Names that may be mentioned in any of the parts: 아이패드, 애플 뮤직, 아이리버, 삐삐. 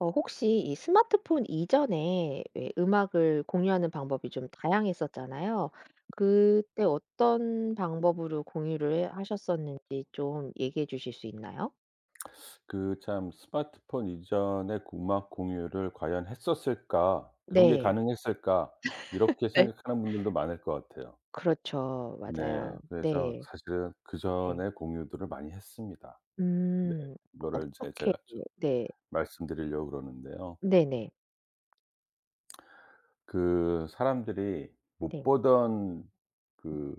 어 혹시 이 스마트폰 이전에 왜 음악을 공유하는 방법이 좀 다양했었잖아요. 그때 어떤 방법으로 공유를 해 하셨었는지 좀 얘기해 주실 수 있나요? 그 참 '스마트폰 이전에 음악 공유를 과연 했었을까? 그런 게 네. 가능했을까?' 이렇게 네. 생각하는 분들도 많을 것 같아요. 그렇죠. 네. 맞아요. 그래서 네. 사실은 네. 그전에 공유들을 많이 했습니다. 네. 음. 이거를 이제 어떻게 제가 좀 네. 말씀드리려고 그러는데요. 네네. 그 사람들이 못 네. 보던 그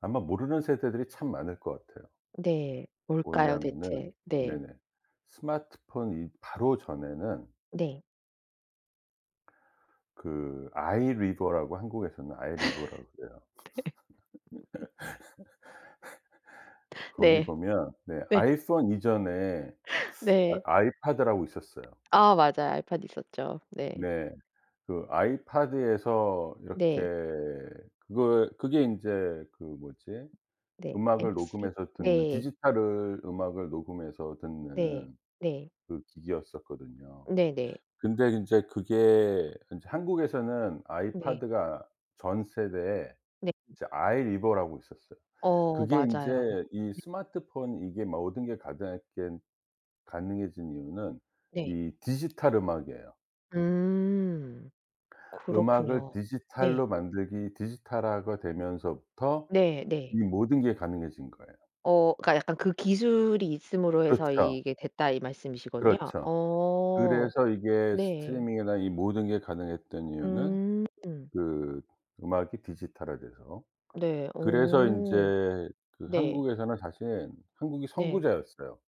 아마 모르는 세대들이 참 많을 것 같아요. 네. 뭘까요 뭐냐면은 대체? 네. 네네. 스마트폰 이 바로 전에는 네. 그 아이리버라고, 한국에서는 아이리버라고 그래요. 거기 네. 보면, 네, 네. 아이폰 이전에 네. 아 아이패드라고 있었어요. 아 맞아요. 아이팟 있었죠. 네. 네. 그 아이패드에서 이렇게 네. 그거 그게 인제 그 뭐지, 네. MP3? 네. 음악을 녹음해서 네. 듣는 네. 그 기기였었거든요. 네 네. 근데 인제 그게 인제 한국에서는 네. 아이패드가 전 세대에 네. 이제 아이 리버라고 있었어요. 어 그게 맞아요. 인제 이 네. 스마트폰, 이게 뭐 모든 게 가능했겐 가능해진 이유는 네. 이 디지털 음악이에요. 음. 음악을 그렇군요. 네. 디지털로 만들기, 디지털화가 되면서부터 네 네. 이 모든 게 가능해진 거예요. 어 그러니까 약간 그 기술이 있음으로 해서 그렇죠. 이게 됐다 이 말씀이시군요. 그렇죠. 어. 그래서 이게 네. 스트리밍이나 이 모든 게 가능했던 이유는 음. 그 음악이 디지털화돼서. 네. 그래서 어. 인제 그 네. 한국에서는 사실 한국이 네. 선구자였어요,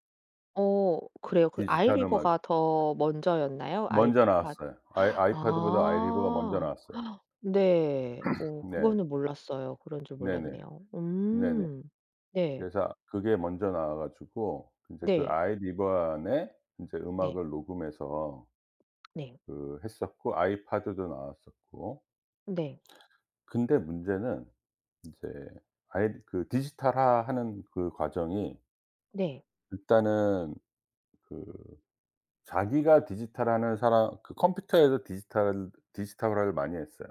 어 그래요? 그 디지털 음악에. 아이리버가 더 먼저였나요? 먼저 아이팟 나왔어요. 아이패드보다 아이리버가 먼저 아. 나왔어요. 네. 어 네. 그거는 몰랐어요. 그런 줄 네네. 몰랐네요. 네네. 음. 네. 그래서 그게 먼저 나와 가지고 인제 그 네. 아이리버 안에 인제 네. 음악을 녹음해서 네. 그 했었고, 아이패드도 나왔었고. 네. 근데 문제는 인제 아이 그 디지털화하는 그 과정이 네. 일단은 그 자기가 디지털화하는 사람, 그 컴퓨터에서 디지털화를 많이 했어요.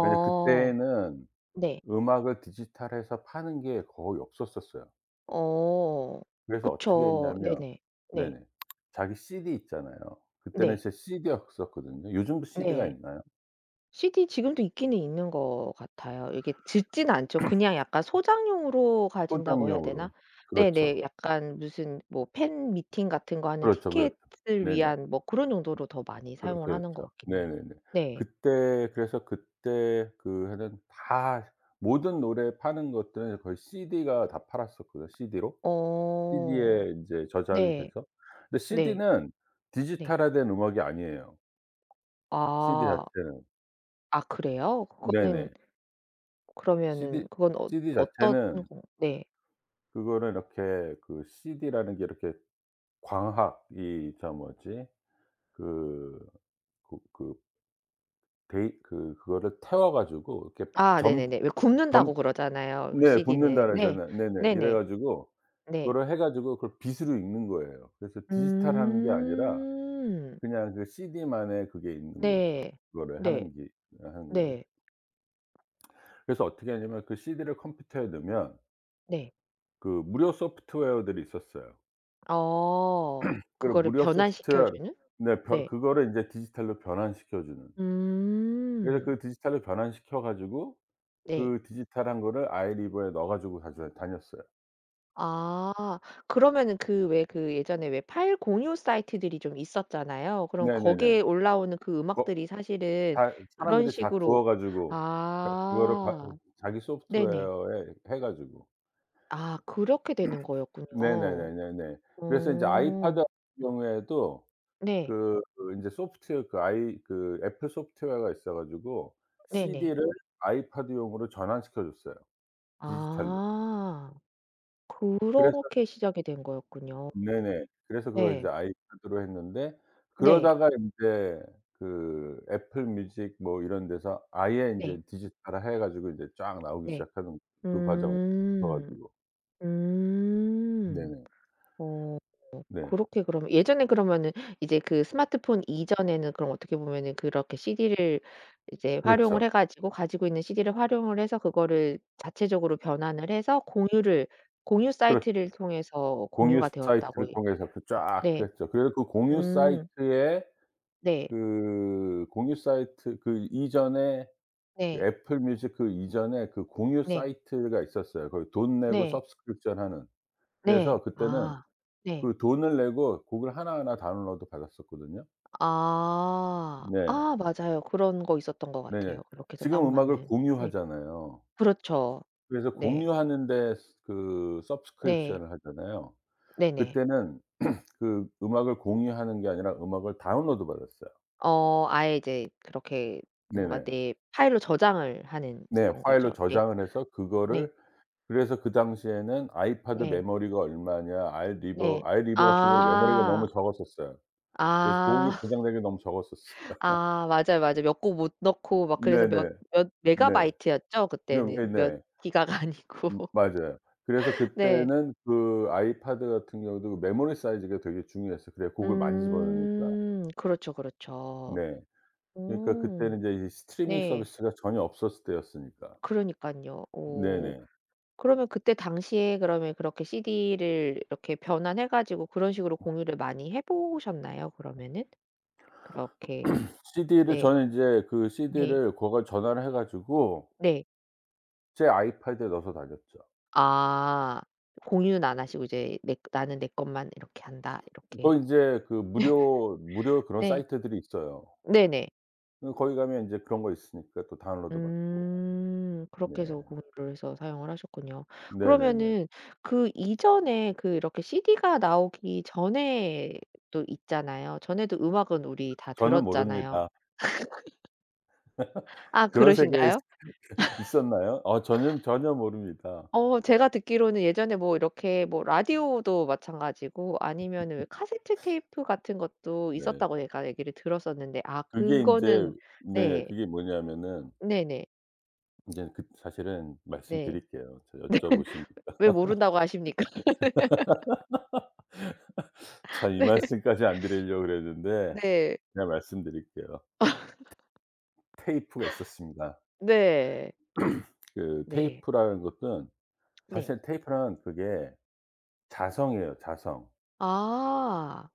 왜냐면 그때는 네. 음악을 디지털해서 파는 게 거의 없었었어요. 어. 그래서 어떻게 그쵸. 했냐면 네네. 네. 네네. 자기 CD 있잖아요. 그때는 네. 진짜 CD였었거든요. 요즘도 CD가 네. 있나요? CD 지금도 있기는 있는 것 같아요. 이게 듣지는 않죠. 그냥 약간 소장용으로 가진다고 해야 소장용으로. 되나? 그렇죠. 네네. 약간 무슨 뭐 팬 미팅 같은 거 하는 그렇죠, 그렇죠. 티켓을 네네. 위한 뭐 그런 용도로 더 많이 사용을 하는 것 그렇죠. 같긴 해요. 네네네. 네. 그때 그래서 그때 그 하는 다 모든 노래 파는 것들은 거의 CD가 다 팔았었거든요, CD로. 어. CD에 인제 저장이 네. 돼서. 근데 네. CD는 네. 디지털화된 음악이 아니에요, CD 아. 자체는. 아 그래요? 그거는 네네. CD 그러면은 그건 어 CD 어떤 자체는 거 네. 그거를 이렇게, 그 CD라는 게 이렇게 광학, 이 저 뭐지, 그 그 데이 그 그거를 태워 가지고 이렇게 아 점 네네네. 왜 점 굽는다고 그러잖아요, 그 네, 굽는다 CD는. 네. 그러잖아요. 네네. 이래 네네. 가지고 네. 그거를 해 가지고 그걸 빗으로 읽는 거예요. 그래서 디지털하는 게 아니라 음. 그냥 그 CD만의 그게 있는 거죠. 네. 그거를 네. 하는 게 하는 거지. 네. 그래서 어떻게 하냐면 그 CD를 컴퓨터에 넣으면 네. 그 무료 소프트웨어들이 있었어요. 어. 그 그거를 무료 변환시켜 소프트웨어 주는? 네 변 네. 그거를 인제 디지털로 변환시켜 주는. 그래서 음. 그 디지털로 변환시켜 가지고 네. 그 디지털한 거를 아이리버에 넣어 가지고 다녀 다녔어요. 아. 그러면은 그 왜 그 예전에 왜 파일 공유 사이트들이 좀 있었잖아요. 그럼 네네네. 거기에 올라오는 그 거 음악들이 사실은 다 그런 사람들이 다 식으로 구워 가지고 그 그거를 바 아. 자기 네네. 소프트웨어에 해 가지고. 아 그렇게 되는 거였군요. 네네네네네. 어. 그래서 인제 아이패드 같은 경우에도 네. 그 그 인제 소프트웨어 그 아이 그 애플 소프트웨어가 있어 가지고 네네. CD를 아이패드용으로 전환시켜 줬어요, 디지털로. 아. 그래서 그렇게 시작이 된 거였군요. 네네. 그래서 그걸 이제 네. 아이패드로 했는데, 네. 그러다가 인제 그 애플 뮤직 뭐 이런 데서 아예 네. 인제 디지털화해 가지고 이제 쫙 나오기 네. 시작하는 그 과정을 거쳐 음. 가지고. 음. 네네. 어 네. 그렇게 그러면 예전에 그러면은 이제 그 스마트폰 이전에는 그럼 어떻게 보면은 그렇게 CD를 이제 활용을 그렇죠. 해 가지고 가지고 있는 CD를 활용을 해서 그거를 자체적으로 변환을 해서 공유 그렇 사이트를 통해서 공유 공유가 되었다고 사이트를 이 통해서 그 쫙 네. 했죠. 그래서 그 공유 음. 사이트에 네. 그 공유 사이트 그 이전에, 그 네. 애플 뮤직 그 이전에 그 공유 네. 사이트가 있었어요. 거기 돈 내고 네. subscription 하는. 네. 그래서 그때는 아. 네. 그 돈을 내고 곡을 하나하나 다운로드 받았었거든요. 아. 네. 아 맞아요. 그런 거 있었던 것 네. 같아요. 그렇게 해서 지금 음악을 다운받는. 네. 공유하잖아요. 그렇죠. 그래서 네. 공유하는 데 스 그 네. subscription을 하잖아요. 네네. 그때는 그 음악을 공유하는 게 아니라 음악을 다운로드 받았어요. 어 아예 이제 그렇게 뭔가 네네. 내 파일로 저장을 하는 네. 건 파일로 거죠. 네. 저장을 해서 네. 그거를 그래서 그 당시에는 아이패드 네. 메모리가 얼마냐 네. 아이리버 같은 거는 메모리가 너무 아. 적었었어요. 그래서 곡이 아. 저장되는 게 너무 적었었어요. 아 맞아요, 맞아요. 몇 곡 못 넣고 막 그래서 네네. 몇 네. 메가바이트였죠? 그럼 그때는. 몇 예네. 기가가 아니고. 맞아요. 그래서 네. 그때는 그 아이패드 같은 경우도 그 메모리 사이즈가 되게 중요했어요. 그래야 곡을 많이 집어넣으니까. 음. 그렇죠, 그렇죠. 네. 그러니까 음. 그때는 이제 이 스트리밍 네. 서비스가 전혀 없었을 때였으니까. 그러니깐요. 어 네네. 그러면 그때 당시에 그러면 그렇게 CD를 이렇게 변환해 가지고 그런 식으로 공유를 많이 해 보셨나요 그러면은? 그렇게 CD를 네. 저는 인제 그 네. CD를 고걸 전화를 해 가지고 네. 제 아이패드에 넣어서 다녔죠. 아. 공유는 안 하시고 이제 "내 나는 내 것만 이렇게 한다." 이렇게. 거기 인제 그 무료 그런 네. 사이트들이 있어요. 네네. 그 거기 가면 인제 그런 거 있으니까 또 다운로드 받고. 음. 그렇게 해서 네. 공유를 해서 사용을 하셨군요. 네네네. 그러면은 그 이전에 그 이렇게 CD가 나오기 전에 또 있잖아요. 전에도 음악은 우리 다 저는 들었잖아요. 모릅니다. 아 그런 세계에 그러신가요? 있었나요? 어 저는 전혀 모릅니다. 어 제가 듣기로는 예전에 뭐 이렇게 뭐 라디오도 마찬가지고 아니면은 왜 카세트 테이프 같은 것도 네. 있었다고 제가 얘기를 들었었는데 아 그게 인제 그거는 네 네. 네. 그게 뭐냐면은 네네. 인제 그 사실은 네. 말씀드릴게요. 저 여쭤보시니까. 왜 모른다고 아십니까? 참 이 네. 말씀까지 안 드리려고 그랬는데 네. 그냥 말씀드릴게요. 테이프가 있었습니다. 네. 그 네. 테이프라는 것은 네. 사실 테이프란 그게 자성이에요, 자성. 아.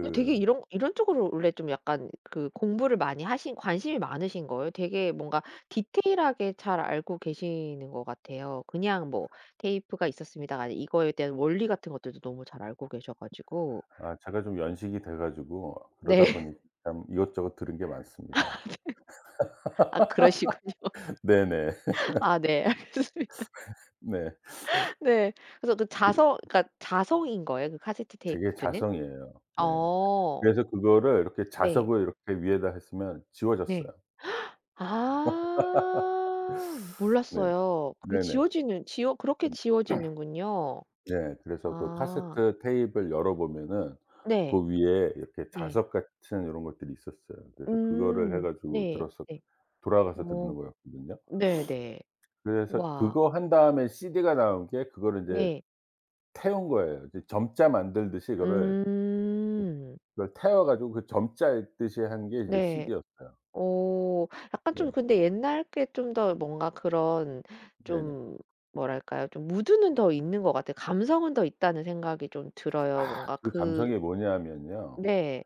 근데 되게 이런 쪽으로 원래 좀 약간 그 공부를 많이 하신 관심이 많으신 거예요? 되게 뭔가 디테일하게 잘 알고 계시는 것 같아요. 그냥 뭐 테이프가 있었습니다가 아니라 이거에 대한 원리 같은 것들도 너무 잘 알고 계셔 가지고 아 제가 좀 연식이 돼 가지고 그러다 네. 보니 참 이것저것 들은 게 많습니다. 아 그러시군요. 네네. 아 네. 알겠습니다. 네. 네. 네. 그래서 그 그리 자성 그러니까 자성인 거예요? 그 카세트 되게 테이프는? 자성이에요. 네. 어. 그래서 그거를 이렇게 네. 자석을 이렇게 위에다 했으면 지워졌어요. 네. 아. 네. 몰랐어요. 그게 네네. 지워지는 지워 음 그렇게 지워지는군요. 네. 그래서 그 아. 카세트 테이프를 열어 보면은 네. 그 위에 이렇게 네. 자석 같은 요런 것들이 있었어요. 그래서 그거를 해 음. 가지고 네. 들었었 네. 돌아가서 어. 듣는 거였거든요. 네네. 그래서 와. 그거 한 다음에 CD가 나온 게 그거를 인제 네. 태운 거예요. 이제 점자 만들듯이 그거를 그 음. 그걸 태워 가지고 그 점자 듯이 한 게 이제 네. CD였어요. 어. 약간 네. 좀 근데 옛날 게 좀 더 뭔가 그런 네네. 좀 뭐랄까요? 좀 무드는 더 있는 것 같아요. 감성은 더 있다는 생각이 좀 아 들어요. 뭔가 그 그 감성이 뭐냐면요. 네.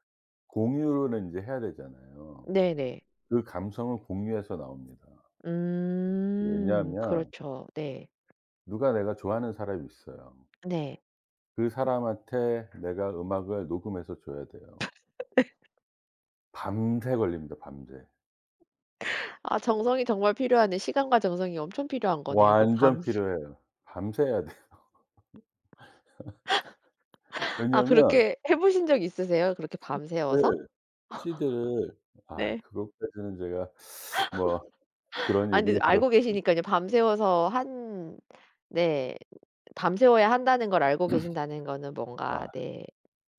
공유를 이제 해야 되잖아요. 네네. 그 감성은 공유에서 나옵니다. 음. 왜냐하면 그렇죠. 네. 누가 내가 좋아하는 사람이 있어요. 네. 그 사람한테 내가 음악을 녹음해서 줘야 돼요. 밤새 걸립니다, 밤새. 아 정성이 정말 필요하네. 시간과 정성이 엄청 필요한 거네요. 그걸 완전 밤 필요해요. 밤새 해야 돼요. 아 왜냐하면 그렇게 해 보신 적 있으세요? 그렇게 밤새워서? 그 CD를 아 네. 그것까지는 제가 뭐 그런 아 근데 얘기를 들었 알고 계시니깐요. 밤새워서 한 네. 밤새워야 한다는 걸 알고 계신다는 거는 아 뭔가 네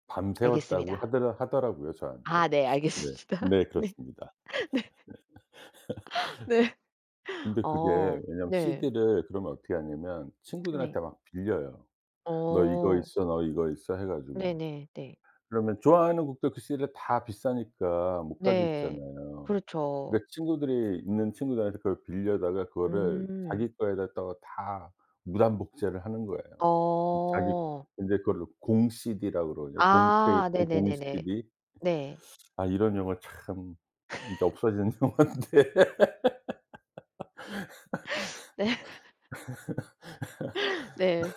밤새웠다고 알겠습니다. 하더라고요, 저한테. 아 네 네. 알겠습니다. 네 네. 그렇습니다. 네. 네. 근데 그게 어. 왜냐면 네. CD를 그러면 어떻게 하냐면 친구들한테 네. 막 빌려요. "너 이거 어. 있어. 너 이거 있어." 해 네네 가지고. 네. 네. 그러면 좋아하는 곡들 그 CD를 다 비싸니까 못 가지고 네, 있잖아요. 그렇죠. 그러니까 친구들이 있는 친구들한테 그걸 빌려다가 그거를 음. 자기 거에다가 다 무단 복제를 하는 거예요. 자기 어. 근데 그거를 공 CD라고 그러거든요. 공 아 테이프, 공 네네네네. CD. 네. 아 이런 용어 참 이제 없어지는 용어인데. 네. 네. 네. 네.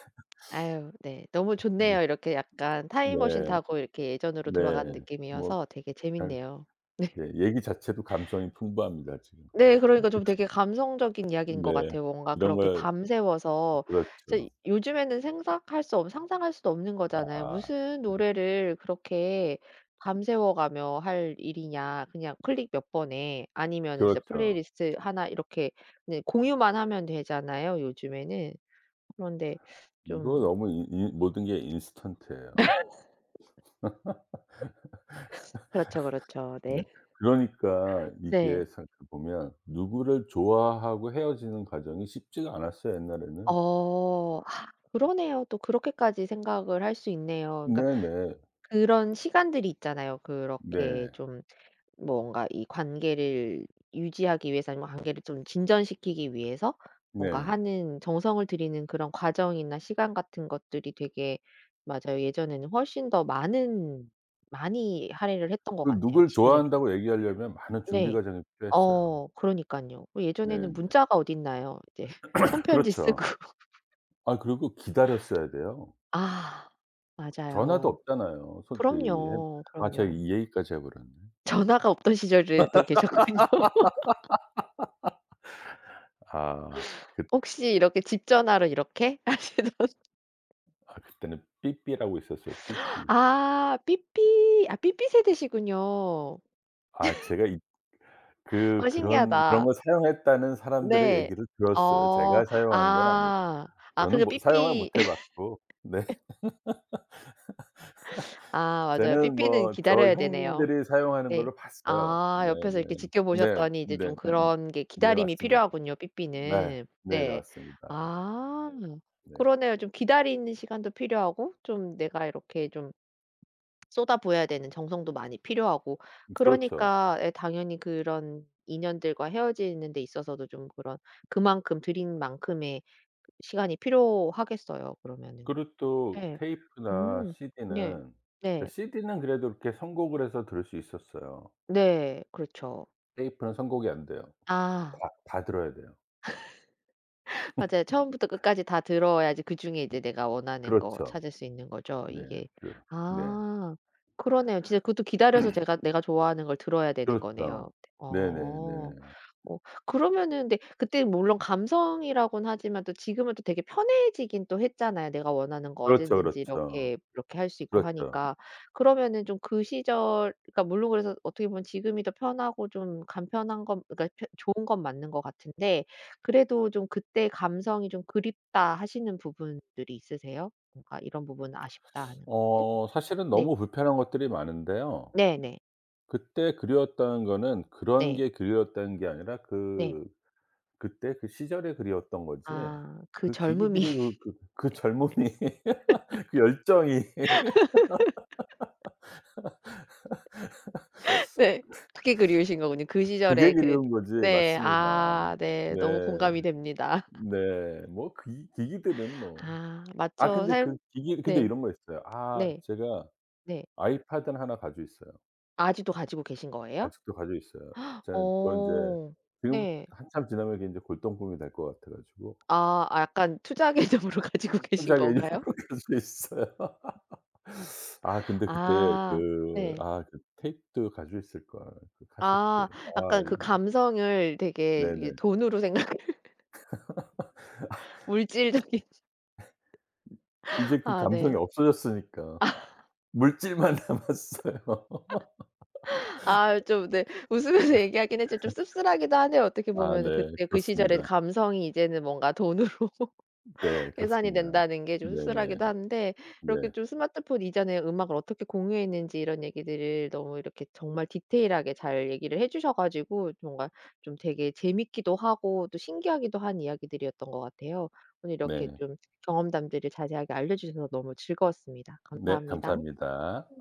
아유 네. 너무 네. 좋네요. 이렇게 약간 타임머신 네. 타고 이렇게 예전으로 네. 돌아간 뭐 느낌이어서 되게 잘 재밌네요. 네. 예. 얘기 자체도 감성이 풍부합니다 지금. 네 그러니까 좀 되게 감성적인 이야기인 것 네. 같아요. 뭔가 이런 그렇게 걸 밤새워서 진짜 그렇죠. 요즘에는 생각할 수 없 상상할 수도 없는 거잖아요. 아. 무슨 음 노래를 그렇게 밤새워 가며 할 일이냐. 그냥 클릭 몇 번에 아니면은 진짜 그렇죠. 플레이리스트 하나 이렇게 그냥 공유만 하면 되잖아요, 요즘에는. 그런데 이거 좀 너무 이 이 모든 게 인스턴트예요. 그렇죠, 그렇죠. 네. 네. 그러니까 이게 네. 생각해 보면 누구를 좋아하고 헤어지는 과정이 쉽지가 않았어요, 옛날에는. 어. 아 그러네요. 또 그렇게까지 생각을 할 수 있네요. 그러니까 네네. 그런 시간들이 있잖아요. 그렇게 네. 좀 뭔가 이 관계를 유지하기 위해서 아니면 관계를 좀 진전시키기 위해서 뭔가 네. 하는 정성을 들이는 그런 과정이나 시간 같은 것들이 되게 맞아요. 예전에는 훨씬 더 많은 많이 할애를 했던 것 그 같네요, 누굴 지금에 비해. 좋아한다고 얘기하려면 많은 준비 네. 과정이 필요했어요. 어 그러니까요 예전에는 네네. 문자가 어딨나요? 이제 손편지 그렇죠. 쓰고. 아 그리고 기다렸어야 돼요. 아 전화도 맞아요. 없잖아요. 손 그 핸 그럼요, 아 제가 그럼요. 이 얘기까지 해 버렸네. 전화가 없던 시절에도 계셨군요. 아 그 혹시 이렇게 집 전화로 이렇게 아 그때는 삐삐라고 있었어요, 하시던 삐삐. 아 삐삐. 아 삐삐 세대시군요. 아 제가 이, 그 어 그런 그런 신기하다. 걸 사용했다는 사람들의 네. 얘기를 들었어요. 어. 제가 사용한 건 아니고. 아. 아 저는 그리고 뭐 사용을 삐삐. 못해 봤고 네. 아 맞아요. 쟤는 삐삐는 뭐 저 기다려야 되네요. 형님들이 사용하는 네. 걸로 봤어요. 아 옆에서 네네. 이렇게 네. 지켜보셨더니 이제 네. 네 좀 그런 게 네, 기다림이 맞습니다. 필요하군요, 네. 삐삐는. 네네 네. 맞습니다. 아 네. 그러네요. 좀 기다리는 시간도 필요하고 좀 내가 이렇게 좀 쏟아 부어야 되는 정성도 많이 필요하고 그렇죠. 그러니까 예 당연히 그런 인연들과 헤어지는 데 있어서도 좀 그런 그만큼 들인 만큼의 시간이 필요하겠어요, 그러면은. 그리고 또 예. 테이프나 음. 네. CD는 네. CD는 그래도 이렇게 선곡을 해서 들을 수 있었어요. 네. 그렇죠. 테이프는 선곡이 안 돼요. 아. 다 들어야 돼요. 맞아요. 처음부터 끝까지 다 들어야지 그중에 이제 내가 원하는 거 그렇죠. 찾을 수 있는 거죠, 네. 이게. 그 네. 아 그러네요. 진짜 그것도 기다려서 제가 내가 좋아하는 걸 들어야 되는 그렇죠. 거네요. 어. 네네네. 뭐 그러면은 근데 그때 물론 감성이라고는 하지만 또 지금은 또 되게 편해지긴 또 했잖아요. 내가 원하는 거 그렇죠, 언제든지 그렇죠. 이렇게 이렇게 할 수 있고 그렇죠. 하니까. 그러면은 좀 그 시절 그러니까 물론 그래서 어떻게 보면 지금이 더 편하고 좀 간편한 건 그러니까 펴 좋은 건 맞는 것 같은데 그래도 좀 '그때 감성이 좀 그립다.' 하시는 부분들이 있으세요? 뭔가 '이런 부분 아쉽다.' 하는 것들? 어 사실은 네. 너무 불편한 것들이 많은데요. 네네. 그때 그리웠다는 거는 그런 네. 게 그리웠다는 게 아니라 네. 그 그때 그 시절이 그리웠던 거지 아 그 그 젊음이 기기들이 그 그 그 젊음이 그 열정이 네. 그게 그리우신 거군요. 그 그게 시절의 그 그리운 거지. 네. 맞습니다. 아 네. 네. 너무 공감이 됩니다. 네. 뭐 기 기기들은 뭐 아 아 맞죠. 근데 그 삶 기기 근데 네. 이런 거 있어요. 아 네. 제가 네. 아이패드는 하나 가지고 있어요. 아직도 가지고 계신 거예요? 아직도 가지고 있어요. 제가 그건 이제 어. 지금 네. 한참 지나면 그게 인제 골동품이 될 것 같아 가지고 아 아 약간 투자 개념으로 가지고 계신 혼자 그냥 건가요? 일부러 가지고 있어요. 아 근데 그때 아. 그 네. 아 그 테이프도 가지고 있을 걸. 그 카세트. 아 아 약간 그 이거 감성을 되게 이게 네네. 돈으로 생각 물질적인 이제 그 아 감성이 네. 없어졌으니까 물질만 남았어요. 아 좀 네 웃으면서 얘기하긴 했지만 좀 씁쓸하기도 하네요. 어떻게 아 보면은 네. 그때 그 시절의 그렇습니다. 감성이 이제는 뭔가 돈으로 네. 계산이 그렇습니다. 된다는 게 좀 네네. 씁쓸하기도 한데 네. 이렇게 좀 스마트폰 이전에 음악을 어떻게 공유했는지 이런 얘기들을 너무 이렇게 정말 디테일하게 잘 얘기를 해 주셔 가지고 뭔가 좀 되게 재밌기도 하고 또 신기하기도 한 이야기들이었던 것 같아요. 오늘 이렇게 네. 좀 경험담들을 자세하게 알려 주셔서 너무 즐거웠습니다. 네. 감사합니다. 감사합니다.